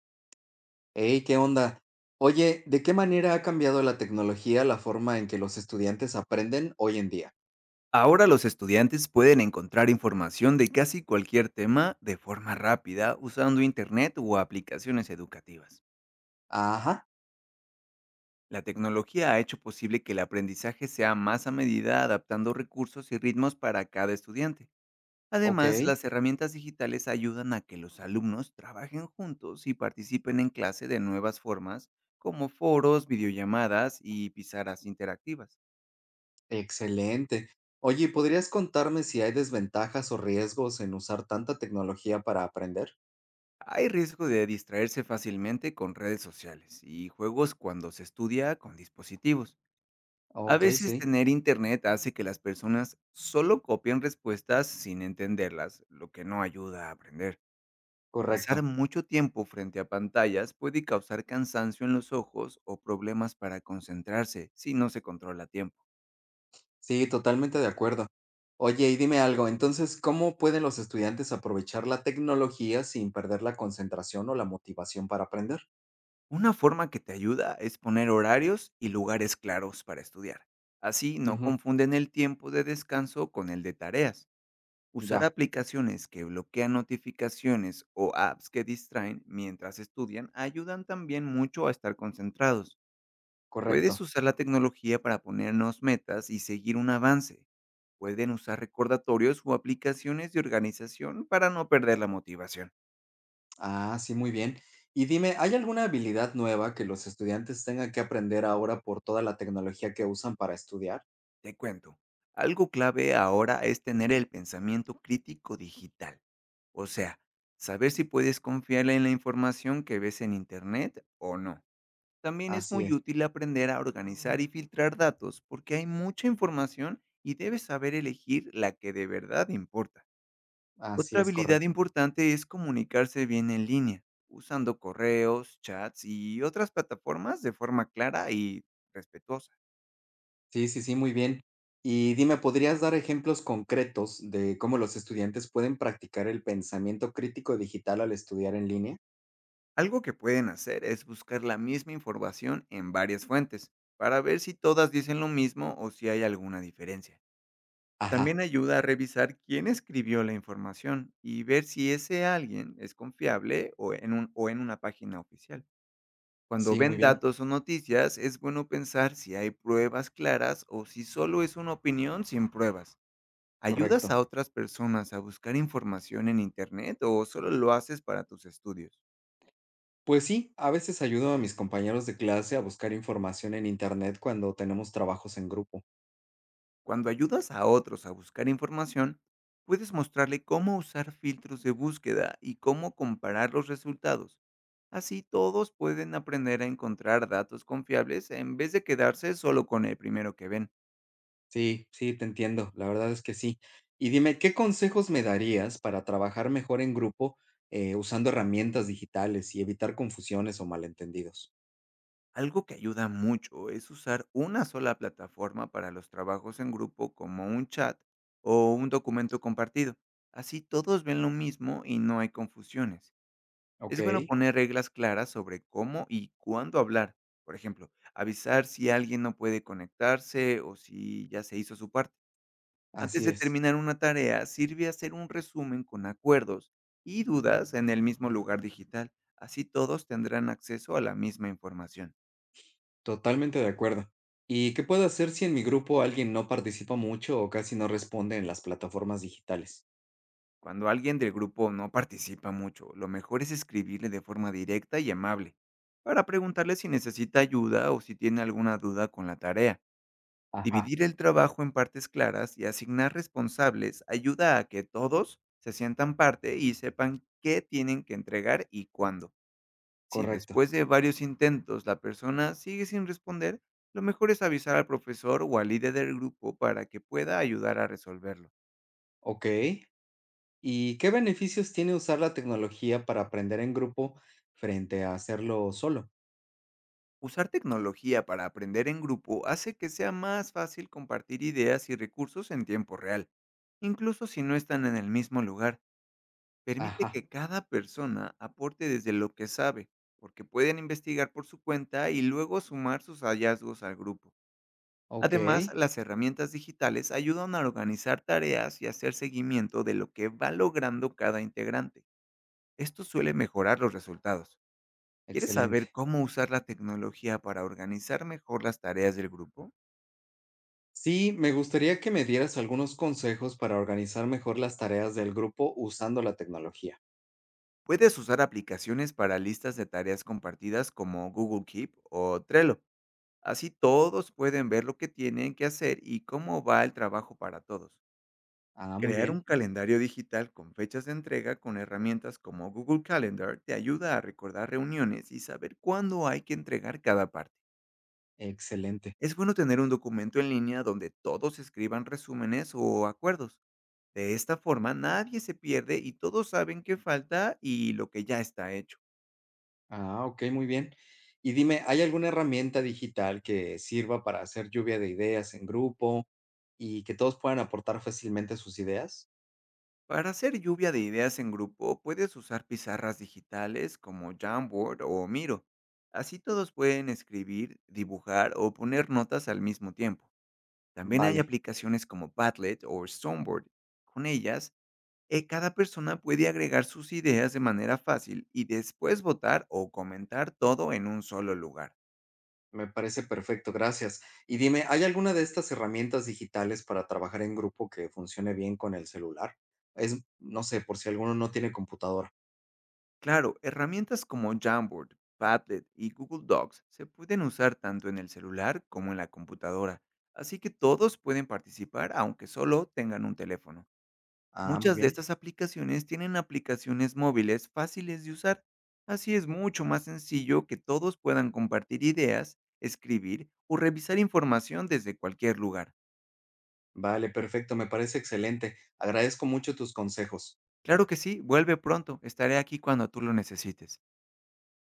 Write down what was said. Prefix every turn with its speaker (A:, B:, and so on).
A: Hey, ¿qué onda? Oye, ¿de qué manera ha cambiado la tecnología la forma en que los estudiantes aprenden hoy en día?
B: Ahora los estudiantes pueden encontrar información de casi cualquier tema de forma rápida usando Internet o aplicaciones educativas.
A: Ajá,
B: La tecnología ha hecho posible que el aprendizaje sea más a medida, adaptando recursos y ritmos para cada estudiante.
A: ok,
B: Además, las herramientas digitales ayudan a que los alumnos trabajen juntos y participen en clase de nuevas formas, como foros, videollamadas y pizarras interactivas.
A: excelente. Oye, ¿podrías contarme si hay desventajas o riesgos en usar tanta tecnología para aprender?
B: Hay riesgo de distraerse fácilmente con redes sociales y juegos cuando se estudia con dispositivos. A
A: Ok,
B: veces
A: sí,
B: tener internet hace que las personas solo copien respuestas sin entenderlas, lo que no ayuda a aprender. Pasar
A: correcto.
B: mucho tiempo frente a pantallas puede causar cansancio en los ojos o problemas para concentrarse si no se controla a tiempo.
A: Sí, totalmente de acuerdo. Oye, y dime algo, entonces, ¿cómo pueden los estudiantes aprovechar la tecnología sin perder la concentración o la motivación para aprender?
B: Una forma que te ayuda es poner horarios y lugares claros para estudiar. Así no
A: Ujú,
B: confunden el tiempo de descanso con el de tareas. Usar
A: ya,
B: aplicaciones que bloquean notificaciones o apps que distraen mientras estudian ayudan también mucho a estar concentrados. Puedes
A: correcto.
B: usar la tecnología para ponernos metas y seguir un avance. Pueden usar recordatorios o aplicaciones de organización para no perder la motivación.
A: Ah, sí, muy bien. Y dime, ¿hay alguna habilidad nueva que los estudiantes tengan que aprender ahora por toda la tecnología que usan para estudiar?
B: Te cuento, algo clave ahora es tener el pensamiento crítico digital. O sea, saber si puedes confiar en la información que ves en Internet o no. También es
A: Así
B: muy
A: es,
B: útil aprender a organizar y filtrar datos porque hay mucha información y debes saber elegir la que de verdad importa.
A: así
B: Otra
A: es,
B: habilidad
A: correcto.
B: importante es comunicarse bien en línea, usando correos, chats y otras plataformas de forma clara y respetuosa.
A: Sí, sí, sí, muy bien. Y dime, ¿podrías dar ejemplos concretos de cómo los estudiantes pueden practicar el pensamiento crítico digital al estudiar en línea?
B: Algo que pueden hacer es buscar la misma información en varias fuentes para ver si todas dicen lo mismo o si hay alguna diferencia. También
A: Ajá,
B: ayuda a revisar quién escribió la información y ver si ese alguien es confiable o en, o en una página oficial. Cuando
A: sí, muy
B: ven
A: bien,
B: datos o noticias, es bueno pensar si hay pruebas claras o si solo es una opinión sin pruebas. ¿Ayudas
A: correcto.
B: a otras personas a buscar información en Internet o solo lo haces para tus estudios?
A: Pues sí, a veces ayudo a mis compañeros de clase a buscar información en Internet cuando tenemos trabajos en grupo.
B: Cuando ayudas a otros a buscar información, puedes mostrarle cómo usar filtros de búsqueda y cómo comparar los resultados. Así todos pueden aprender a encontrar datos confiables en vez de quedarse solo con el primero que ven.
A: Sí, sí, te entiendo, la verdad es que sí. Y dime, ¿qué consejos me darías para trabajar mejor en grupo, usando herramientas digitales y evitar confusiones o malentendidos?
B: Algo que ayuda mucho es usar una sola plataforma para los trabajos en grupo, como un chat o un documento compartido. Así todos ven lo mismo y no hay confusiones.
A: Ok,
B: Es bueno poner reglas claras sobre cómo y cuándo hablar. Por ejemplo, avisar si alguien no puede conectarse o si ya se hizo su parte. Antes
A: así
B: de
A: es,
B: terminar una tarea, sirve hacer un resumen con acuerdos y dudas en el mismo lugar digital. Así todos tendrán acceso a la misma información.
A: totalmente de acuerdo. ¿Y qué puedo hacer si en mi grupo alguien no participa mucho o casi no responde en las plataformas digitales?
B: Cuando alguien del grupo no participa mucho, lo mejor es escribirle de forma directa y amable para preguntarle si necesita ayuda o si tiene alguna duda con la tarea.
A: Ajá,
B: Dividir el trabajo en partes claras y asignar responsables ayuda a que todos se sientan parte y sepan qué tienen que entregar y cuándo. Si
A: correcto.
B: después de varios intentos la persona sigue sin responder, lo mejor es avisar al profesor o al líder del grupo para que pueda ayudar a resolverlo.
A: Ok. ¿Y qué beneficios tiene usar la tecnología para aprender en grupo frente a hacerlo solo?
B: Usar tecnología para aprender en grupo hace que sea más fácil compartir ideas y recursos en tiempo real, incluso si no están en el mismo lugar. Permite
A: Ajá,
B: que cada persona aporte desde lo que sabe, porque pueden investigar por su cuenta y luego sumar sus hallazgos al grupo.
A: ok,
B: Además, las herramientas digitales ayudan a organizar tareas y hacer seguimiento de lo que va logrando cada integrante. Esto suele mejorar los resultados. ¿Quieres saber
A: excelente.
B: cómo usar la tecnología para organizar mejor las tareas del grupo?
A: Sí, me gustaría que me dieras algunos consejos para organizar mejor las tareas del grupo usando la tecnología.
B: Puedes usar aplicaciones para listas de tareas compartidas como Google Keep o Trello. Así todos pueden ver lo que tienen que hacer y cómo va el trabajo para todos.
A: Ah, muy
B: Crear un
A: bien,
B: calendario digital con fechas de entrega con herramientas como Google Calendar te ayuda a recordar reuniones y saber cuándo hay que entregar cada parte.
A: excelente.
B: Es bueno tener un documento en línea donde todos escriban resúmenes o acuerdos. De esta forma nadie se pierde y todos saben qué falta y lo que ya está hecho.
A: Ah, ok, muy bien. Y dime, ¿hay alguna herramienta digital que sirva para hacer lluvia de ideas en grupo y que todos puedan aportar fácilmente sus ideas?
B: Para hacer lluvia de ideas en grupo, puedes usar pizarras digitales como Jamboard o Miro. Así todos pueden escribir, dibujar o poner notas al mismo tiempo. También hay
A: Vale,
B: aplicaciones como Padlet o Stoneboard. Con ellas, cada persona puede agregar sus ideas de manera fácil y después votar o comentar todo en un solo lugar.
A: me parece perfecto, gracias. Y dime, ¿hay alguna de estas herramientas digitales para trabajar en grupo que funcione bien con el celular? Es, no sé, por si alguno no tiene computadora.
B: Claro, herramientas como Jamboard, Padlet y Google Docs se pueden usar tanto en el celular como en la computadora, así que todos pueden participar aunque solo tengan un teléfono.
A: Ah, muy
B: Muchas de
A: bien.
B: estas aplicaciones tienen aplicaciones móviles fáciles de usar, así es mucho más sencillo que todos puedan compartir ideas, escribir o revisar información desde cualquier lugar.
A: Vale, perfecto, me parece excelente. Agradezco mucho tus consejos.
B: Claro que sí, vuelve pronto, estaré aquí cuando tú lo necesites.